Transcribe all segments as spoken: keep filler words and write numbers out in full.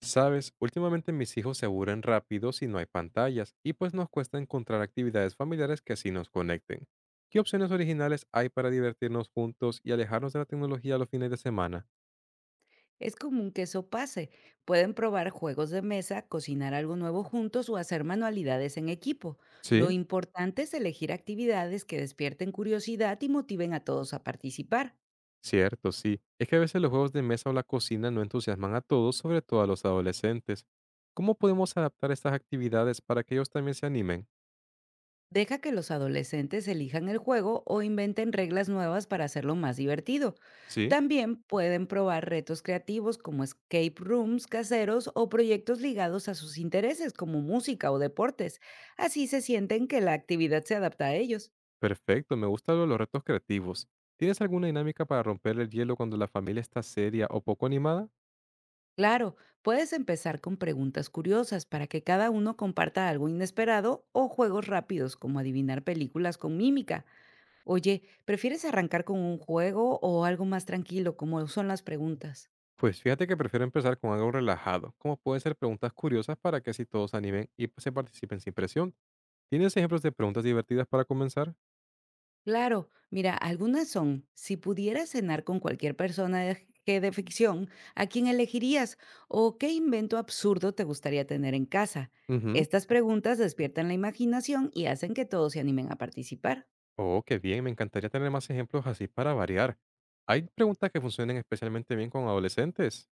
Sabes, últimamente mis hijos se aburren rápido si no hay pantallas y pues nos cuesta encontrar actividades familiares que así nos conecten. ¿Qué opciones originales hay para divertirnos juntos y alejarnos de la tecnología los fines de semana? Es común que eso pase. Pueden probar juegos de mesa, cocinar algo nuevo juntos o hacer manualidades en equipo. Lo Sí, importante es elegir actividades que despierten curiosidad y motiven a todos a participar. cierto, sí. Es que a veces los juegos de mesa o la cocina no entusiasman a todos, sobre todo a los adolescentes. ¿Cómo podemos adaptar estas actividades para que ellos también se animen? Deja que los adolescentes elijan el juego o inventen reglas nuevas para hacerlo más divertido. Sí, También pueden probar retos creativos como escape rooms caseros o proyectos ligados a sus intereses como música o deportes. Así se sienten que la actividad se adapta a ellos. perfecto, me gustan lo- los retos creativos. ¿Tienes alguna dinámica para romper el hielo cuando la familia está seria o poco animada? Claro, puedes empezar con preguntas curiosas para que cada uno comparta algo inesperado o juegos rápidos como adivinar películas con mímica. Oye, ¿prefieres arrancar con un juego o algo más tranquilo como son las preguntas? Pues fíjate que prefiero empezar con algo relajado, como pueden ser preguntas curiosas para que así todos se animen y pues, se participen sin presión. ¿Tienes ejemplos de preguntas divertidas para comenzar? Claro, mira, algunas son, si pudieras cenar con cualquier persona de, que de ficción, ¿a quién elegirías? ¿O qué invento absurdo te gustaría tener en casa? Ujú. Estas preguntas despiertan la imaginación y hacen que todos se animen a participar. Oh, qué bien, me encantaría tener más ejemplos así para variar. ¿Hay preguntas que funcionen especialmente bien con adolescentes?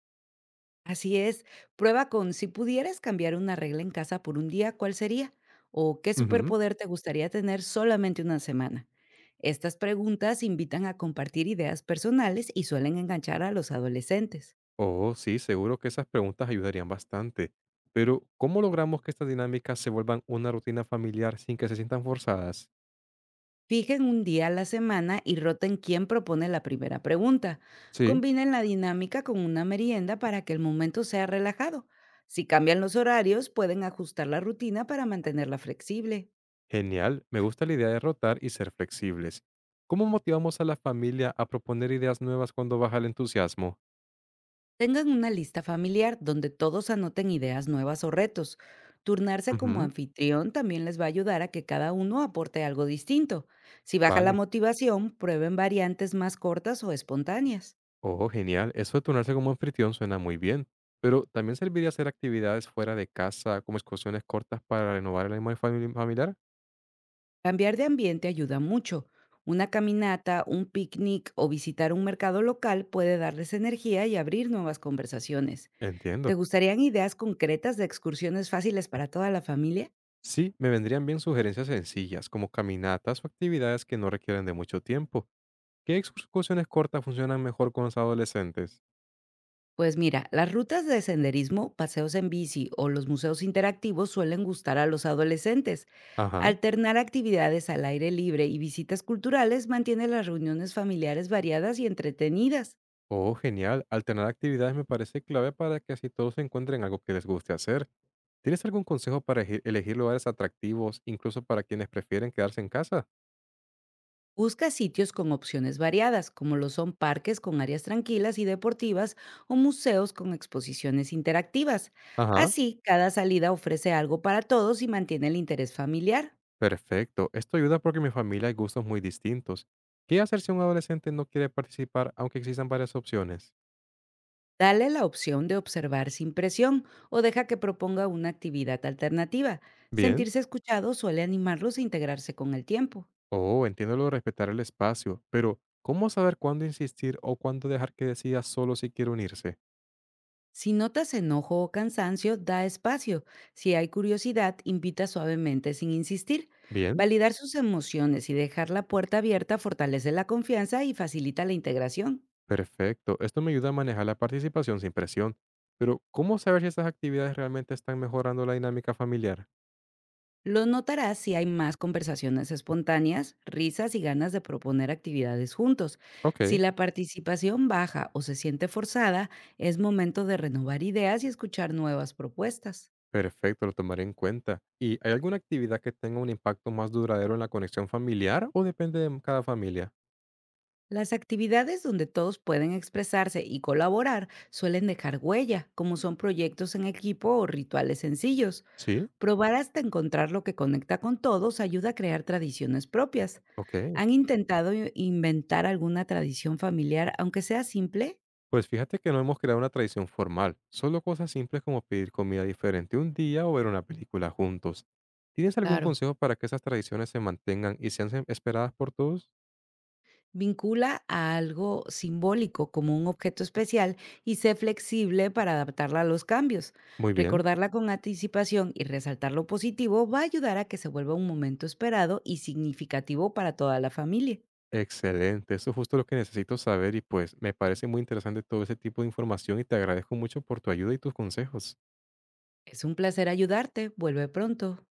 Así es, prueba con si pudieras cambiar una regla en casa por un día, ¿cuál sería? ¿O qué Ujú. superpoder te gustaría tener solamente una semana? Estas preguntas invitan a compartir ideas personales y suelen enganchar a los adolescentes. Oh, sí, seguro que esas preguntas ayudarían bastante. Pero, ¿cómo logramos que estas dinámicas se vuelvan una rutina familiar sin que se sientan forzadas? Fijen un día a la semana y roten quién propone la primera pregunta. Sí. Combinen la dinámica con una merienda para que el momento sea relajado. Si cambian los horarios, pueden ajustar la rutina para mantenerla flexible. Genial, me gusta la idea de rotar y ser flexibles. ¿Cómo motivamos a la familia a proponer ideas nuevas cuando baja el entusiasmo? Tengan una lista familiar donde todos anoten ideas nuevas o retos. Turnarse como Ujú, anfitrión también les va a ayudar a que cada uno aporte algo distinto. Si baja la vale. motivación, prueben variantes más cortas o espontáneas. Oh, genial, eso de turnarse como anfitrión suena muy bien. Pero también serviría hacer actividades fuera de casa, como excursiones cortas para renovar el ánimo famili- familiar. Cambiar de ambiente ayuda mucho. Una caminata, un picnic o visitar un mercado local puede darles energía y abrir nuevas conversaciones. ¿Te Entiendo. gustarían ideas concretas de excursiones fáciles para toda la familia? Sí, me vendrían bien sugerencias sencillas, como caminatas o actividades que no requieren de mucho tiempo. ¿Qué excursiones cortas funcionan mejor con los adolescentes? Pues mira, las rutas de senderismo, paseos en bici o los museos interactivos suelen gustar a los adolescentes. Ajá. Alternar actividades al aire libre y visitas culturales mantiene las reuniones familiares variadas y entretenidas. Oh, genial. Alternar actividades me parece clave para que así todos encuentren algo que les guste hacer. ¿Tienes algún consejo para eji- elegir lugares atractivos, incluso para quienes prefieren quedarse en casa? Busca sitios con opciones variadas, como lo son parques con áreas tranquilas y deportivas o museos con exposiciones interactivas. Ajá. Así, cada salida ofrece algo para todos y mantiene el interés familiar. Perfecto. Esto ayuda porque en mi familia hay gustos muy distintos. ¿Qué hacer si un adolescente no quiere participar, aunque existan varias opciones? Dale la opción de observar sin presión o deja que proponga una actividad alternativa. Bien. Sentirse escuchado suele animarlos a integrarse con el tiempo. Oh, entiendo lo de respetar el espacio, pero ¿cómo saber cuándo insistir o cuándo dejar que decida solo si quiere unirse? Si notas enojo o cansancio, da espacio. Si hay curiosidad, invita suavemente sin insistir. Bien. Validar sus emociones y dejar la puerta abierta fortalece la confianza y facilita la integración. Perfecto, esto me ayuda a manejar la participación sin presión. Pero, ¿cómo saber si estas actividades realmente están mejorando la dinámica familiar? Los notarás si hay más conversaciones espontáneas, risas y ganas de proponer actividades juntos. Si Ok, la participación baja o se siente forzada, es momento de renovar ideas y escuchar nuevas propuestas. perfecto, lo tomaré en cuenta. ¿Y hay alguna actividad que tenga un impacto más duradero en la conexión familiar o depende de cada familia? Las actividades donde todos pueden expresarse y colaborar suelen dejar huella, como son proyectos en equipo o rituales sencillos. Sí, Probar hasta encontrar lo que conecta con todos ayuda a crear tradiciones propias. ok. ¿Han intentado i- inventar alguna tradición familiar, aunque sea simple? Pues fíjate que no hemos creado una tradición formal, solo cosas simples como pedir comida diferente un día o ver una película juntos. ¿Tienes algún Claro. consejo para que esas tradiciones se mantengan y sean esperadas por todos? Vincula a algo simbólico como un objeto especial y sé flexible para adaptarla a los cambios. Muy bien. Recordarla con anticipación y resaltar lo positivo va a ayudar a que se vuelva un momento esperado y significativo para toda la familia. Excelente, eso es justo lo que necesito saber y pues me parece muy interesante todo ese tipo de información y te agradezco mucho por tu ayuda y tus consejos. Es un placer ayudarte. Vuelve pronto.